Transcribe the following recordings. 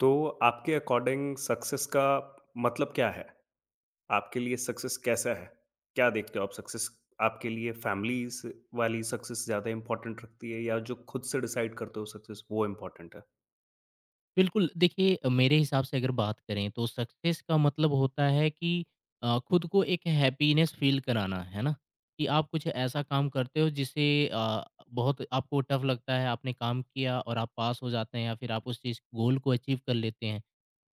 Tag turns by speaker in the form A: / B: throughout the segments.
A: तो आपके according success का मतलब क्या है? आपके लिए सक्सेस कैसा है? क्या देखते हो आप सक्सेस आपके लिए फैमिली स वाली सक्सेस ज़्यादा इम्पोर्टेंट रखती है या जो खुद से डिसाइड करते हो सक्सेस वो इम्पोर्टेंट है?
B: बिल्कुल, देखिए, मेरे हिसाब से अगर बात करें तो सक्सेस का मतलब होता है कि खुद को एक हैप्पीनेस फ़ील कराना, है ना? कि आप कुछ ऐसा काम करते हो जिसे बहुत आपको टफ़ लगता है, आपने काम किया और आप पास हो जाते हैं या फिर आप उस चीज़ गोल को अचीव कर लेते हैं।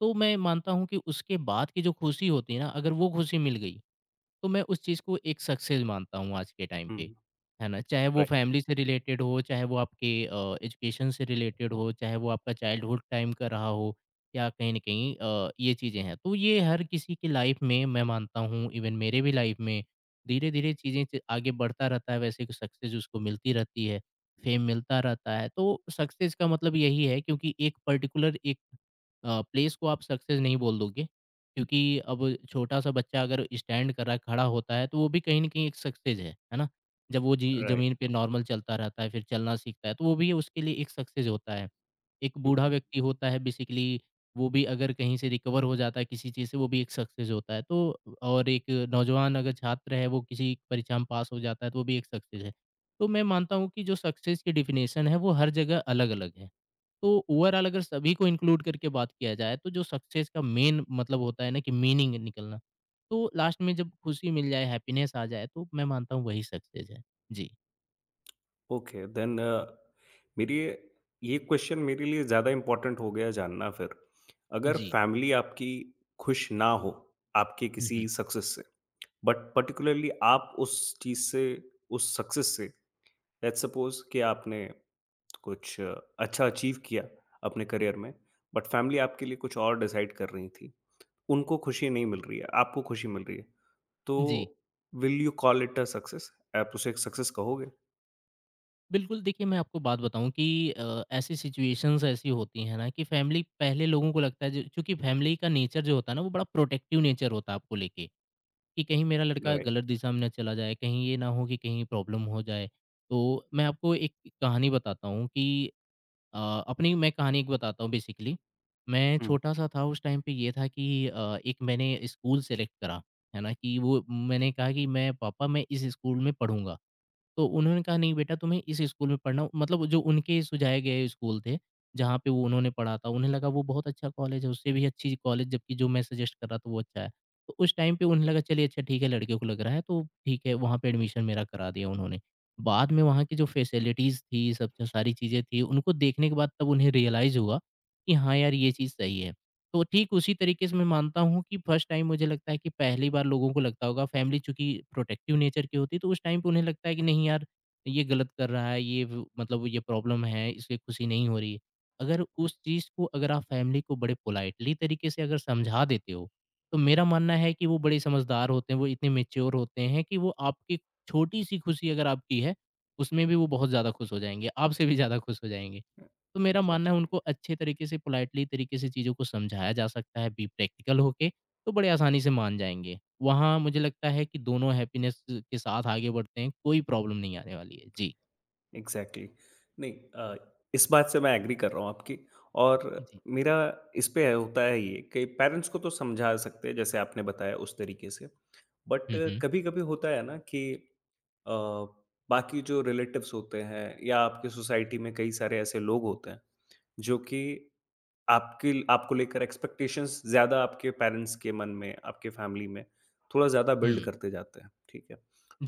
B: तो मैं मानता हूँ कि उसके बाद की जो खुशी होती है ना, अगर वो खुशी मिल गई तो मैं उस चीज़ को एक सक्सेस मानता हूँ आज के टाइम पे,
A: हुँ,
B: है ना? चाहे वो
A: राइट,
B: फैमिली से रिलेटेड हो, चाहे वो आपके एजुकेशन से रिलेटेड हो, चाहे वो आपका चाइल्डहुड टाइम का रहा हो या कहीं न कहीं, ये चीज़ें हैं। तो ये हर किसी की लाइफ़ में मैं मानता हूँ, इवन मेरे भी लाइफ़ में धीरे-धीरे चीज़ें च आगे बढ़ता रहता है, वैसे कि सक्सेस उसको मिलती रहती है, फेम मिलता रहता है। तो सक्सेस का मतलब यही है, क्योंकि एक पर्टिकुलर प्लेस को आप सक्सेस नहीं बोल दोगे। क्योंकि अब छोटा-सा बच्चा अगर स्टैंड कर रहा है, खड़ा होता है, तो वो भी कहीं न कहीं एक सक्सेस है ना? जब वो
A: राइट।
B: ज़मीन पे नॉर्मल चलता रहता है, फिर चलना सीखता है, तो वो भी उसके लिए एक सक्सेस होता है। एक
A: हुँ,
B: बूढ़ा
A: हुँ।
B: व्यक्ति होता है बेसिकली, वो भी अगर कहीं से रिकवर हो जाता है किसी चीज़ से, वो भी एक सक्सेस होता है। तो और एक नौजवान अगर छात्र है, वो किसी परीक्षा में पास हो जाता है, तो वो भी एक सक्सेस है। तो मैं मानता हूँ कि जो सक्सेस की डेफिनेशन है, वो हर जगह अलग-अलग है। तो ओवरऑल अगर सभी को इंक्लूड करके बात किया जाए, तो जो सक्सेस का मेन मतलब होता है ना, कि मीनिंग निकलना, तो लास्ट में जब खुशी मिल जाए, हैप्पीनेस आ जाए, तो मैं मानता हूँ वही सक्सेस है। जी।
A: ओके देन अ, मेरी ये क्वेश्चन मेरे लिए ज़्यादा इम्पोर्टेंट हो गया जानना फिर। अगर
B: जी।
A: फैमिली आपकी खुश ना हो आपके किसी
B: हम्म।
A: सक्सेस से, बट पार्टिकुलरली आप उस चीज़ से उस सक्सेस से लेट्स सपोज कि आपने कुछ अच्छा अचीव किया अपने करियर में बट फैमिली आपके लिए कुछ और डिसाइड कर रही थी उनको खुशी नहीं मिल रही है आपको खुशी मिल रही है तो
B: जी।
A: Will you call it a success आप उसे एक सक्सेस कहोगे
B: बिल्कुल, देखिए मैं आपको बात बताऊं कि ऐसी सिचुएशंस ऐसी होती हैं ना, कि फैमिली पहले लोगों को लगता है चूंकि फैमिली का नेचर जो होता है ना, वो बड़ा प्रोटेक्टिव नेचर होता है आपको लेके, कि कहीं मेरा लड़का गलत दिशा में ना चला जाए, कहीं ये ना हो कि कहीं प्रॉब्लम हो जाए। तो मैं आपको एक कहानी बताता हूँ कि अ, अपनी मैं कहानी एक बताता हूँ बेसिकली। मैं
A: राइट।
B: छोटा-सा था, उस टाइम पे ये था कि एक मैंने स्कूल सेलेक्ट करा, है ना? कि वो मैंने कहा कि मैं, पापा, मैं इस स्कूल में पढ़ूँगा। तो उन्होंने कहा नहीं बेटा, तुम्हें इस स्कूल में पढ़ना, मतलब जो उनके सुझाए गए स्कूल थे, जहाँ पे वो उन्होंने पढ़ा था, उन्हें लगा वो बहुत अच्छा कॉलेज है, उससे भी अच्छी कॉलेज, जबकि जो मैं सजेस्ट कर रहा था वो अच्छा है। तो उस टाइम पे उन्हें लगा, चलिए अच्छा ठीक है, लड़के को लग रहा है तो ठीक है, वहाँ पे एडमिशन मेरा करा दिया उन्होंने। बाद में वहाँ की जो फैसिलिटीज़ थी, सब जो सारी चीज़ें थी, उनको देखने के बाद तब उन्हें रियलाइज़ हुआ कि हाँ यार, ये चीज़ सही है। तो ठीक उसी तरीके से मैं मानता हूँ कि फर्स्ट टाइम मुझे लगता है कि पहली बार लोगों को लगता होगा, फैमिली चूंकि प्रोटेक्टिव नेचर की होती है, तो उस टाइम पे उन्हें लगता है कि नहीं यार, ये गलत कर रहा है, मतलब ये प्रॉब्लम है, इसलिए खुशी नहीं हो रही है। अगर उस चीज़ को, अगर आप फैमिली को बड़े पोलाइटली तरीके से अगर समझा देते हो, तो मेरा मानना है कि वो बड़े समझदार होते हैं, वो इतने मेच्योर होते हैं कि वो आपकी छोटी सी खुशी, अगर आपकी है, उसमें भी वो बहुत ज़्यादा खुश हो जाएंगे, आपसे भी ज़्यादा खुश हो जाएंगे। तो मेरा मानना है, उनको अच्छे तरीके से, पोलाइटली तरीके से चीज़ों को समझाया जा सकता है बी प्रैक्टिकल होके, तो बड़े आसानी से मान जाएँगे। वहाँ मुझे लगता है कि दोनों हैप्पीनेस के साथ आगे बढ़ते हैं, कोई प्रॉब्लम नहीं आने वाली है। जी,
A: एग्ज़ैक्टली। नहीं, इस बात से मैं एग्री कर रहा हूँ आपकी और
B: जी।
A: मेरा इस पे होता है ये कि पेरेंट्स को तो समझा सकते हैं जैसे आपने बताया उस तरीके से। बट
B: हुँ, हुँ।
A: कभी-कभी होता है ना कि अ, बाकी जो रिलेटिव्स होते हैं या आपकी सोसाइटी में कई सारे ऐसे लोग होते हैं जो कि आपके आपको लेकर एक्सपेक्टेशंस ज़्यादा आपके पेरेंट्स के मन में, आपके फैमिली में थोड़ा ज़्यादा बिल्ड
B: हुँ।
A: करते जाते हैं, ठीक है?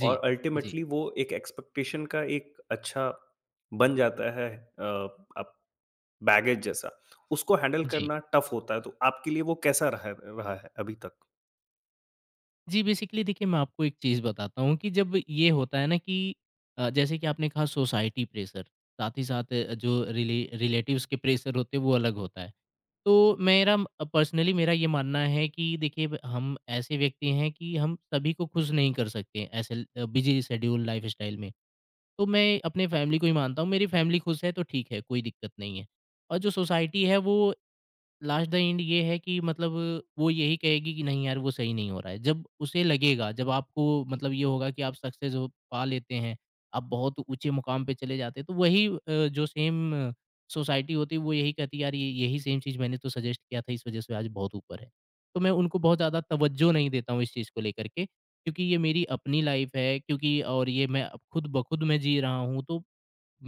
B: जी,
A: और
B: जी,
A: अल्टीमेटली वो एक एक्सपेक्टेशन का एक अच्छा बन जाता है अ, आप बैगेज जैसा। उसको हैंडल
B: जी।
A: करना टफ़ होता है, तो आपके लिए वो कैसा रहा रहा है अभी तक?
B: जी, बेसिकली देखिए, मैं आपको एक चीज़ बताता हूँ कि जब ये होता है ना कि जैसे कि आपने कहा सोसाइटी प्रेशर, साथ ही साथ जो रिलेटिव्स के प्रेशर होते हैं, वो अलग होता है। तो मेरा पर्सनली मेरा ये मानना है कि देखिए, हम ऐसे व्यक्ति हैं कि हम सभी को खुश नहीं कर सकते, ऐसे बिजी शेड्यूल लाइफ स्टाइल में। तो मैं अपने फैमिली को ही मानता हूँ, मेरी फैमिली खुश है तो ठीक है, कोई दिक्कत नहीं है। और जो सोसाइटी है वो, लास्ट द एंड ये है कि, मतलब वो यही कहेगी कि नहीं यार, वो सही नहीं हो रहा है। जब उसे लगेगा, जब आपको, मतलब ये होगा कि आप सक्सेस हो पा लेते हैं, आप बहुत ऊँचे मुकाम पे चले जाते हैं, तो वही जो सेम सोसाइटी होती है, वो यही कहती है, यार ये यही सेम चीज़ मैंने तो सजेस्ट किया था, इस वज़ह से आज बहुत ऊपर है। तो मैं उनको बहुत ज़्यादा तवज्जो नहीं देता हूँ इस चीज़ को लेकर के, क्योंकि ये मेरी अपनी लाइफ़ है, क्योंकि और ये मैं अब खुद ब खुद मैं जी रहा हूँ, तो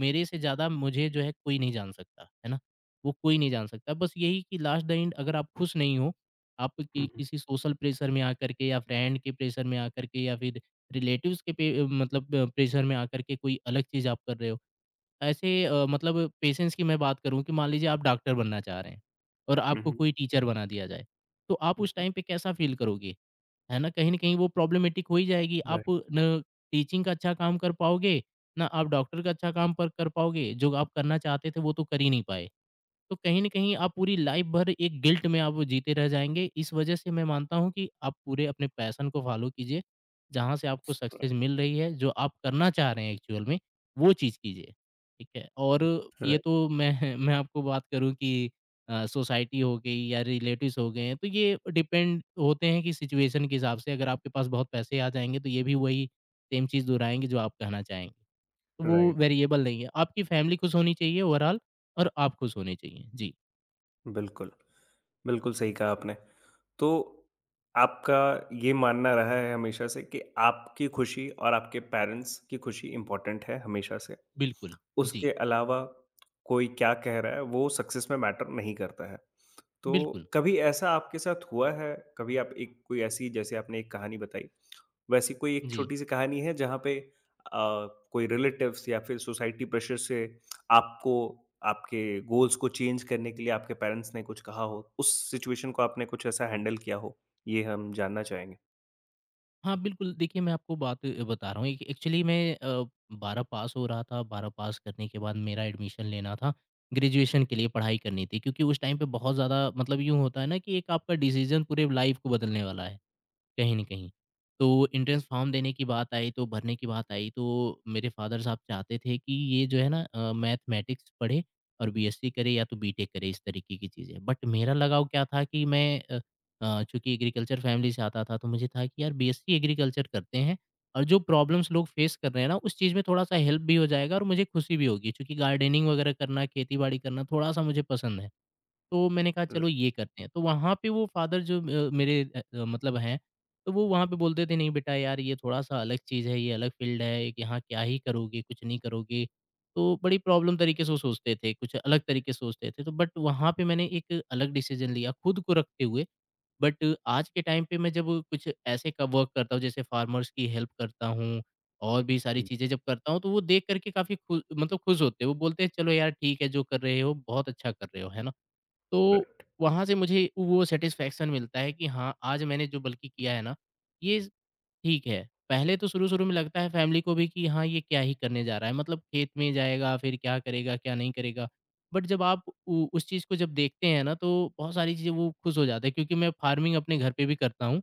B: मेरे से ज़्यादा मुझे जो है कोई नहीं जान सकता, है ना? वो कोई नहीं जान सकता। बस यही कि लास्ट द एंड अगर आप खुश नहीं हो, आप कि
A: हुँ, हुँ।
B: किसी सोशल प्रेशर में आकर के, या फ्रेंड के प्रेशर में आकर के, या फिर रिलेटिव्स के पे, मतलब प्रेशर में आकर के कोई अलग चीज़ आप कर रहे हो। ऐसे मतलब पेशेंस की मैं बात करूँ कि मान लीजिए आप डॉक्टर बनना चाह रहे हैं और
A: हुँ,
B: आपको
A: हुँ।
B: कोई टीचर बना दिया जाए, तो आप
A: हुँ,
B: उस
A: हुँ।
B: टाइम पे कैसा फ़ील करोगे? है ना? कहीं न कहीं वो प्रॉब्लमेटिक हो ही जाएगी। आप
A: राइट,
B: न टीचिंग का अच्छा काम कर पाओगे, ना आप डॉक्टर का अच्छा काम पर कर पाओगे। जो आप करना चाहते थे, वो तो कर ही नहीं पाए। तो कहीं न कहीं आप पूरी लाइफ़ भर एक गिल्ट में आप जीते रह जाएँगे। इस वजह से मैं मानता हूँ कि आप पूरे अपने पैशन को फ़ॉलो कीजिए, जहाँ से आपको सक्सेस
A: राइट।
B: मिल रही है, जो आप करना चाह रहे हैं एक्चुअल में, वो चीज़ कीजिए। ठीक है? और ये
A: राइट,
B: तो मैं मैं आपको बात करूँ कि सोसाइटी हो गई या रिलेटिव्स हो गए हैं, तो ये डिपेंड होते हैं कि सिचुएशन के हिसाब से। अगर आपके पास बहुत पैसे आ जाएँगे, तो ये भी वही सेम चीज़ दोहराएँगे जो आप कहना चाहेंगे। तो वो
A: राइट।
B: वेरिएबल नहीं है। आपकी फैमिली खुश होनी चाहिए ओवरऑल, और आप खुश होने चाहिए। जी,
A: बिल्कुल। बिल्कुल सही कहा आपने। तो आपका ये मानना रहा है हमेशा से कि आपकी खुशी और आपके पेरेंट्स की खुशी इम्पोर्टेंट है हमेशा से।
B: बिल्कुल। जी,
A: उसके अलावा कोई क्या कह रहा है वो सक्सेस में मैटर नहीं करता है। तो
B: बिल्कुल।
A: कभी ऐसा आपके साथ हुआ है? कभी आप एक कोई ऐसी जैसे आपने एक कहानी बताई वैसी कोई एक
B: जी।
A: छोटी-सी कहानी है जहाँ पे कोई रिलेटिव्स या फिर सोसाइटी प्रेशर से आपको आपके गोल्स को चेंज करने के लिए आपके पेरेंट्स ने कुछ कहा हो? उस सिचुएशन को आपने कुछ ऐसा हैंडल किया हो? ये हम जानना चाहेंगे।
B: हाँ, बिल्कुल, देखिए मैं आपको बात बता रहा हूँ, एक एक्चुअली मैं 12 पास हो रहा था, 12 पास करने के बाद मेरा एडमिशन लेना था, ग्रेजुएशन के लिए पढ़ाई करनी थी, क्योंकि उस टाइम पे बहुत ज़्यादा, मतलब यूँ होता है ना कि एक आपका डिसीज़न पूरे लाइफ़ को बदलने वाला है। कहीं न कहीं। तो एंट्रेंस फ़ॉर्म देने की बात आई, तो भरने की बात आई, तो मेरे फ़ादर साहब चाहते थे कि ये जो है ना मैथमेटिक्स पढ़े और बीएससी करे, या तो बीटेक करे, इस तरीके की चीज़ें। बट मेरा लगाव क्या था कि अ चूँकि एग्रीकल्चर फ़ैमिली से आता था, तो मुझे था कि यार बीएससी एग्रीकल्चर करते हैं, और जो प्रॉब्लम्स लोग फ़ेस कर रहे हैं ना, उस चीज़ में थोड़ा-सा हेल्प भी हो जाएगा और मुझे खुशी भी होगी। चूँकि गार्डनिंग वगैरह करना, खेती-बाड़ी करना थोड़ा-सा मुझे पसंद है। तो मैंने कहा
A: र
B: चलो ये करते हैं। तो वहाँ पे वो फ़ादर जो मेरे मतलब हैं, तो वो वहाँ पे बोलते थे नहीं बेटा यार, ये थोड़ा-सा अलग चीज़ है, ये अलग फ़ील्ड है, एक यहाँ क्या ही करोगे, कुछ नहीं करोगे। तो बड़ी प्रॉब्लम तरीके से वो सोचते थे, कुछ अलग तरीके से सोचते थे। तो बट वहाँ पे मैंने एक अलग डिसीज़न लिया खुद को रखते हुए। बट आज के टाइम पे मैं जब कुछ ऐसे का वर्क करता हूँ, जैसे फार्मर्स की हेल्प करता हूँ और भी सारी
A: हुँ,
B: चीज़ें जब करता हूँ, तो वो देख कर के काफ़ी खु मतलब खुश होते हैं। वो बोलते हैं चलो यार ठीक है, जो कर रहे हो बहुत अच्छा कर रहे हो, है ना? तो
A: राइट।
B: वहाँ से मुझे वो सैटिस्फैक्शन मिलता है कि हाँ, आज मैंने जो बल्कि किया है ना, ये ठीक है। पहले तो शुरू-शुरू में लगता है फैमिली को भी कि हाँ, ये क्या ही करने जा रहा है, मतलब खेत में जाएगा, फिर क्या करेगा, क्या नहीं करेगा। बट जब आप उ उस चीज़ को जब देखते हैं ना, तो बहुत सारी चीज़ें वो खुश हो जाते हैं क्योंकि मैं फार्मिंग अपने घर पे भी करता हूँ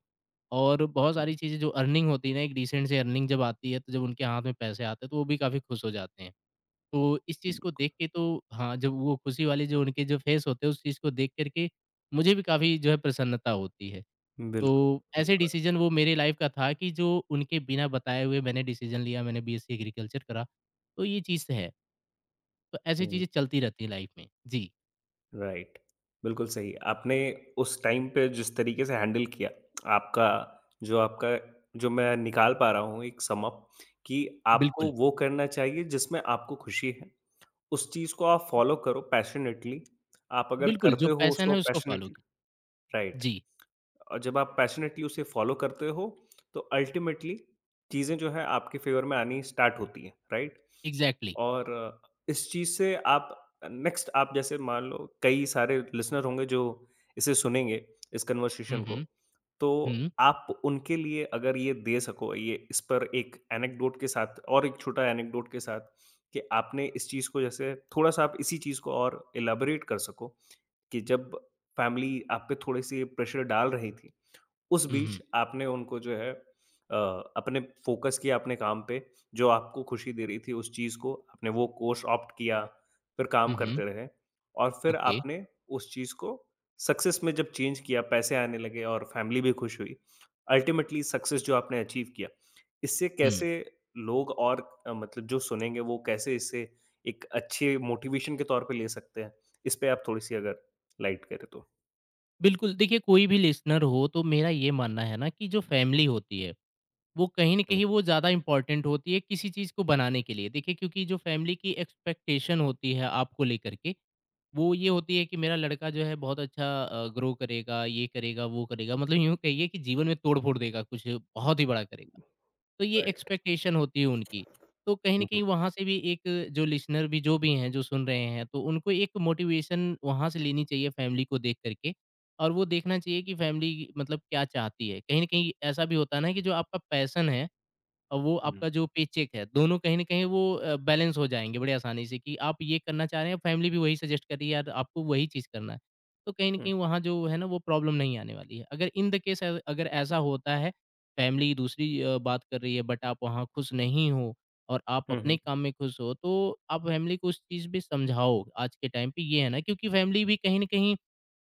B: और बहुत सारी चीज़ें जो अर्निंग होती है ना, एक डिसेंट सी अर्निंग जब आती है, तो जब उनके हाथ में पैसे आते हैं, तो वो भी काफ़ी खुश हो जाते हैं। तो इस चीज़ को देख के तो हाँ, जब वो खुशी वाले जो उनके जो फेस होते हैं उस चीज़ को देख कर के मुझे भी काफ़ी जो है प्रसन्नता होती है।
A: बिल्कुल,
B: तो ऐसे
A: बिल्कुल।
B: डिसीज़न वो मेरे लाइफ़ का था कि जो उनके बिना बताए हुए मैंने डिसीज़न लिया, मैंने बीएससी एग्रीकल्चर करा, तो ये चीज़ तो है। तो ऐसी
A: हुँ,
B: चीज़ें चलती रहती हैं लाइफ़ में। जी,
A: राइट। बिल्कुल सही। आपने उस टाइम पे जिस तरीके से हैंडल किया, आपका आपका जो मैं निकाल पा रहा हूँ एक सम अप कि आपको
B: बिल्कुल,
A: वो करना चाहिए जिसमें आपको खुशी है। उस चीज़ को आप फ़ॉलो करो पैशनेटली, आप अगर
B: बिल्कुल
A: करते
B: जो
A: हो
B: पैशन
A: उसको
B: है उसको फ़ॉलो
A: पैशनेटली
B: की
A: राइट।
B: जी,
A: और जब आप पैशनेटली उसे फ़ॉलो करते हो, तो अल्टीमेटली चीज़ें जो हैं आपके फ़ेवर में आनी स्टार्ट होती हैं, राइट?
B: इग्ज़ैक्टली।
A: और इस चीज़ से आप नेक्स्ट आप जैसे मान लो कई सारे लिसनर होंगे जो इसे सुनेंगे, इस
B: हुँ,
A: कन्वर्सेशन को।
B: हुँ।
A: तो
B: हुँ,
A: आप उनके लिए अगर ये दे सको, ये इस पर एक एनेक्डोट के साथ और एक छोटा एनेक्डोट के साथ कि आपने इस चीज़ को जैसे थोड़ा-सा आप इसी चीज़ को और इलैबोरेट कर सको कि जब फैमिली आप पे थोड़ी-सी प्रेशर डाल रही थी, उस
B: हुँ,
A: बीच
B: हुँ।
A: आपने उनको जो है अपने फ़ोकस किया अपने काम पे, जो आपको खुशी दे रही थी उस चीज़ को, आपने वो कोर्स ऑप्ट किया, फिर काम
B: हुँ, हुँ।
A: करते रहे और फिर
B: ओके।
A: आपने उस चीज़ को सक्सेस में जब चेंज किया, पैसे आने लगे और फ़ैमिली भी खुश हुई। अल्टीमेटली सक्सेस जो आपने अचीव किया, इससे
B: हुँ,
A: कैसे लोग और मतलब जो सुनेंगे वो कैसे इससे एक अच्छे मोटिवेशन के तौर पे ले सकते हैं? इस पे आप थोड़ी-सी अगर लाइट करें तो?
B: बिल्कुल देखिए कोई भी लिसनर हो तो मेरा ये मानना है ना कि जो फैमिली होती है वो कहीं न
A: हुँ,
B: कहीं वो ज़्यादा इम्पोर्टेंट होती है किसी चीज़ को बनाने के लिए। देखिए क्योंकि जो फ़ैमिली की एक्सपेक्टेशन होती है आपको लेकर के, वो ये होती है कि मेरा लड़का जो है बहुत अच्छा ग्रो करेगा, ये करेगा, वो करेगा। मतलब यूँ कहिए कि जीवन में तोड़-फोड़ देगा, कुछ बहुत ही बड़ा करेगा। तो ये
A: राइट।
B: एक्सपेक्टेशन होती है उनकी। तो कहीं न
A: हुँ, हुँ।
B: कहीं वहाँ से भी एक जो लिसनर भी जो भी हैं, जो सुन रहे हैं, तो उनको एक मोटिवेशन वहाँ से लेनी चाहिए फ़ैमिली को देख कर के और वो देखना चाहिए कि फ़ैमिली मतलब क्या चाहती है। कहीं न कहीं ऐसा भी होता है ना कि जो आपका पैशन है और वो
A: हुँ,
B: आपका जो पेचेक है, दोनों कहीं न कहीं वो बैलेंस हो जाएँगे बड़े आसानी से कि आप ये करना चाह रहे हैं, फैमिली भी वही सजेस्ट कर रही है, यार आपको वही चीज़ करना है। तो कहीं न
A: हुँ,
B: कहीं वहाँ जो है ना वो प्रॉब्लम नहीं आने वाली है। अगर इन द केस अगर ऐसा होता है, फैमिली दूसरी बात कर रही है बट आप वहाँ खुश नहीं हो और आप
A: हुँ, हुँ।
B: अपने काम में खुश हो, तो आप फैमिली को उस चीज़ भी समझाओ आज के टाइम पे ये है ना क्योंकि फैमिली भी कहीं न कहीं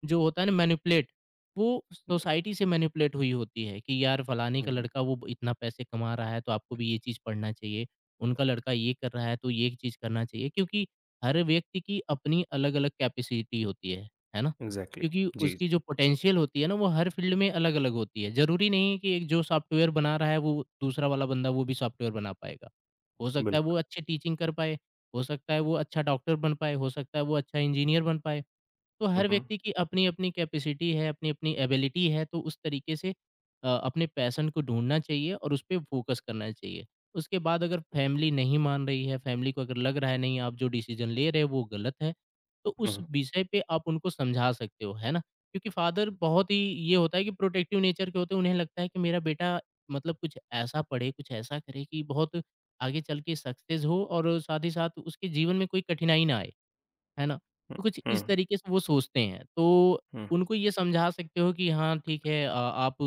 B: जो होता है ना मैनिपुलेट वो
A: हुँ,
B: सोसाइटी से मैनिपुलेट हुई होती है कि यार फलाने का
A: हुँ,
B: लड़का वो इतना पैसे कमा रहा है तो आपको भी ये चीज़ पढ़ना चाहिए, उनका लड़का ये कर रहा है तो ये चीज़ करना चाहिए क्योंकि हर व्यक्ति की अपनी अलग-अलग कैपेसिटी होती है ना?
A: एग्ज़ैक्टली,
B: क्योंकि
A: जी,
B: उसकी
A: जी,
B: जो पोटेंशियल होती है ना वो हर फील्ड में अलग-अलग होती है। ज़रूरी नहीं है कि एक जो सॉफ्टवेयर बना रहा है वो दूसरा वाला बंदा वो भी सॉफ्टवेयर बना पाएगा। हो सकता है
A: बिल्कुल।
B: वो अच्छी टीचिंग कर पाए, हो सकता है वो अच्छा डॉक्टर बन पाए, हो सकता है वो अच्छा इंजीनियर बन पाए। तो
A: हुँ,
B: हर
A: हुँ,
B: व्यक्ति की अपनी-अपनी कैपेसिटी है, अपनी-अपनी एबिलिटी है, तो उस तरीके से अपने पैशन को ढूँढना चाहिए और उस पे फ़ोकस करना चाहिए। उसके बाद अगर फैमिली नहीं मान रही है, फैमिली को अगर लग रहा है नहीं आप जो डिसीज़न ले रहे हो वो गलत है, तो उस
A: हुँ,
B: विषय पे आप उनको समझा सकते हो, है ना? क्योंकि फादर बहुत ही ये होता है कि प्रोटेक्टिव नेचर के होते हैं, उन्हें लगता है कि मेरा बेटा मतलब कुछ ऐसा पढ़े, कुछ ऐसा करे कि बहुत आगे चल के सक्सेस हो और साथ ही साथ उसके जीवन में कोई कठिनाई ना आए। है ना?
A: हुँ,
B: तो कुछ इस
A: हुँ,
B: तरीके से वो सोचते हैं। तो
A: हुँ,
B: उनको ये समझा सकते हो कि हाँ, ठीक है आप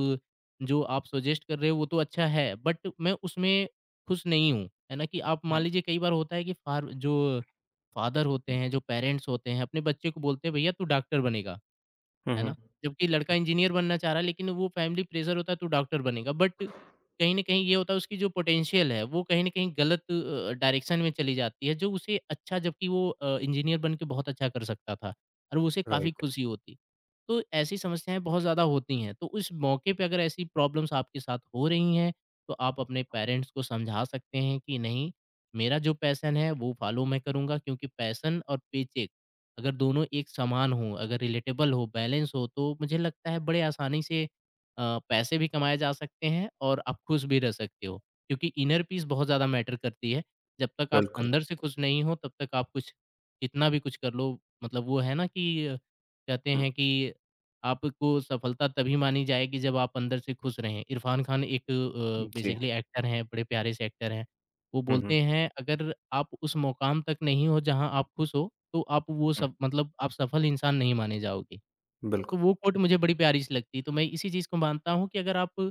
B: जो आप सजेस्ट कर रहे हो वो तो अच्छा है, बट मैं उसमें खुश नहीं हूँ, है ना? कि आप मान
A: हुँ,
B: लीजिए कई बार होता है कि फार जो फादर होते हैं, जो पेरेंट्स होते हैं, अपने बच्चे को बोलते हैं भैया तू डॉक्टर बनेगा।
A: हुँ,
B: है
A: हुँ,
B: ना? जबकि लड़का
A: हुँ,
B: इंजीनियर बनना चाह रहा है लेकिन वो फैमिली प्रेशर होता है तू डॉक्टर बनेगा बट कहीं न कहीं ये होता है उसकी जो पोटेंशियल है वो कहीं न कहीं गलत डायरेक्शन में चली जाती है जो उसे अच्छा जबकि वो इंजीनियर बन के बहुत अच्छा कर सकता था और वो उसे काफ़ी
A: राइट,
B: खुशी होती। तो ऐसी समस्याएँ बहुत ज़्यादा होती हैं, तो उस मौके पे अगर ऐसी प्रॉब्लम्स आपके साथ हो रही हैं, तो आप अपने पेरेंट्स को समझा सकते हैं कि नहीं, मेरा जो पैशन है वो फॉलो मैं करूँगा क्योंकि पैशन और पैचेक अगर दोनों एक समान हों, अगर रिलेटेबल हो, बैलेंस हो, तो मुझे लगता है बड़े आसानी से पैसे भी कमाए जा सकते हैं और आप खुश भी रह सकते हो। क्योंकि इनर पीस बहुत ज़्यादा मैटर करती है। जब तक आप
A: बिल्कुल,
B: अंदर से खुश नहीं हो, तब तक आप कुछ कितना भी कुछ कर लो, मतलब वो है ना कि कहते
A: हुँ,
B: हैं कि आपको सफलता तभी मानी जाएगी जब आप अंदर से खुश रहें। इरफ़ान खान एक
A: जी,
B: बेसिकली एक्टर हैं, बड़े प्यारे से एक्टर हैं। वो
A: हुँ, हुँ,
B: बोलते हैं अगर आप उस मुकाम तक नहीं हो जहाँ आप खुश हो, तो आप वो
A: हुँ,
B: सब मतलब आप सफल इंसान नहीं माने जाओगे।
A: बिल्कुल,
B: तो वो कोट मुझे बड़ी प्यारी सी लगती है, तो मैं इसी चीज़ को मानता हूँ कि अगर आप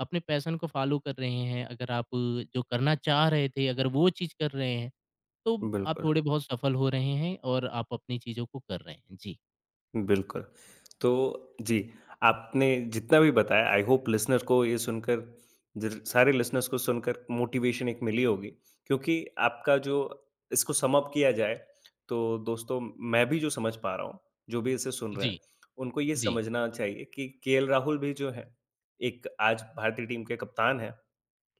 B: अपने पैशन को फ़ॉलो कर रहे हैं, अगर आप जो करना चाह रहे थे, अगर वो चीज़ कर रहे हैं, तो आप
A: बिल्कुल।
B: थोड़े बहुत सफल हो रहे हैं और आप अपनी चीज़ों को कर रहे हैं। जी।
A: बिल्कुल। तो जी, आपने जितना भी बताया आई होप लिसनर को ये सुनकर ज़र सारे लिसनर्स को सुनकर मोटिवेशन एक मिली होगी क्योंकि आपका जो इसको सम अप किया जाए तो दोस्तों मैं भी जो समझ पा रहा हूँ, जो भी इसे सुन रहे
B: जी,
A: हैं, उनको ये
B: जी।
A: समझना चाहिए कि केएल राहुल भी जो है, एक आज भारतीय टीम के कप्तान हैं।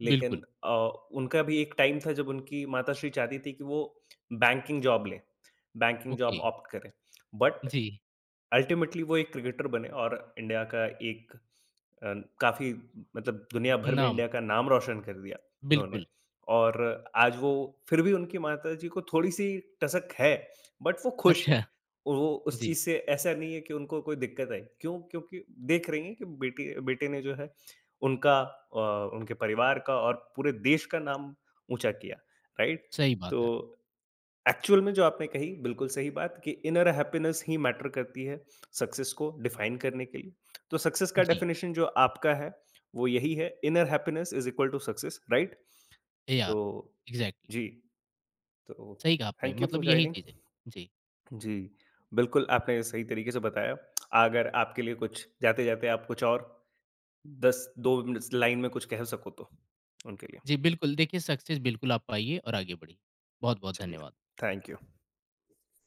A: लेकिन
B: बिल्कुल।
A: उनका भी एक टाइम था जब उनकी माताश्री चाहती थी कि वो बैंकिंग जॉब लें, बैंकिंग
B: ओके।
A: जॉब ऑप्ट करें। बट
B: जी।
A: अल्टीमेटली वो एक क्रिकेटर बने और इंडिया का एक अ, काफ़ी मतलब दुनिया भर में
B: नाम।
A: इंडिया का नाम रोशन कर दिया उन्होंने।
B: बिल्कुल।
A: और आज वो फिर भी उनकी माताजी को थोड़ी-सी टसक है, बट वो खुश हैं।
B: अच्छा।
A: वो उस
B: जी।
A: चीज़ से ऐसा नहीं है कि उनको कोई दिक्कत आई। क्यों? क्योंकि देख रही हैं कि बेटी बेटे ने जो है उनका उनके परिवार का और पूरे देश का नाम ऊँचा किया, राइट?
B: सही
A: तो
B: बात है।
A: एक्चुअल में जो आपने कही बिल्कुल सही बात कि इनर हैप्पीनेस ही मैटर करती है सक्सेस को डिफाइन करने के लिए। तो सक्सेस का
B: जी।
A: डेफिनेशन जो आपका है वो यही है inner happiness is equal to success right?
B: Yeah,
A: तो
B: एग्ज़ैक्टली।
A: जी, तो
B: सही कहा आपने,
A: थैंक यू फॉर
B: मतलब यही
A: जॉइनिंग।
B: चीज़ है। जी।
A: जी, बिल्कुल आपने सही तरीके से बताया। अगर आपके लिए कुछ जाते-जाते आप कुछ और 10 2 मिनट्स लाइन में कुछ कह सको तो उनके लिए।
B: जी, बिल्कुल देखिए सक्सेस बिल्कुल आप पाइए और आगे बढ़िए। बहुत-बहुत
A: चलिए,
B: धन्यवाद।
A: Thank you.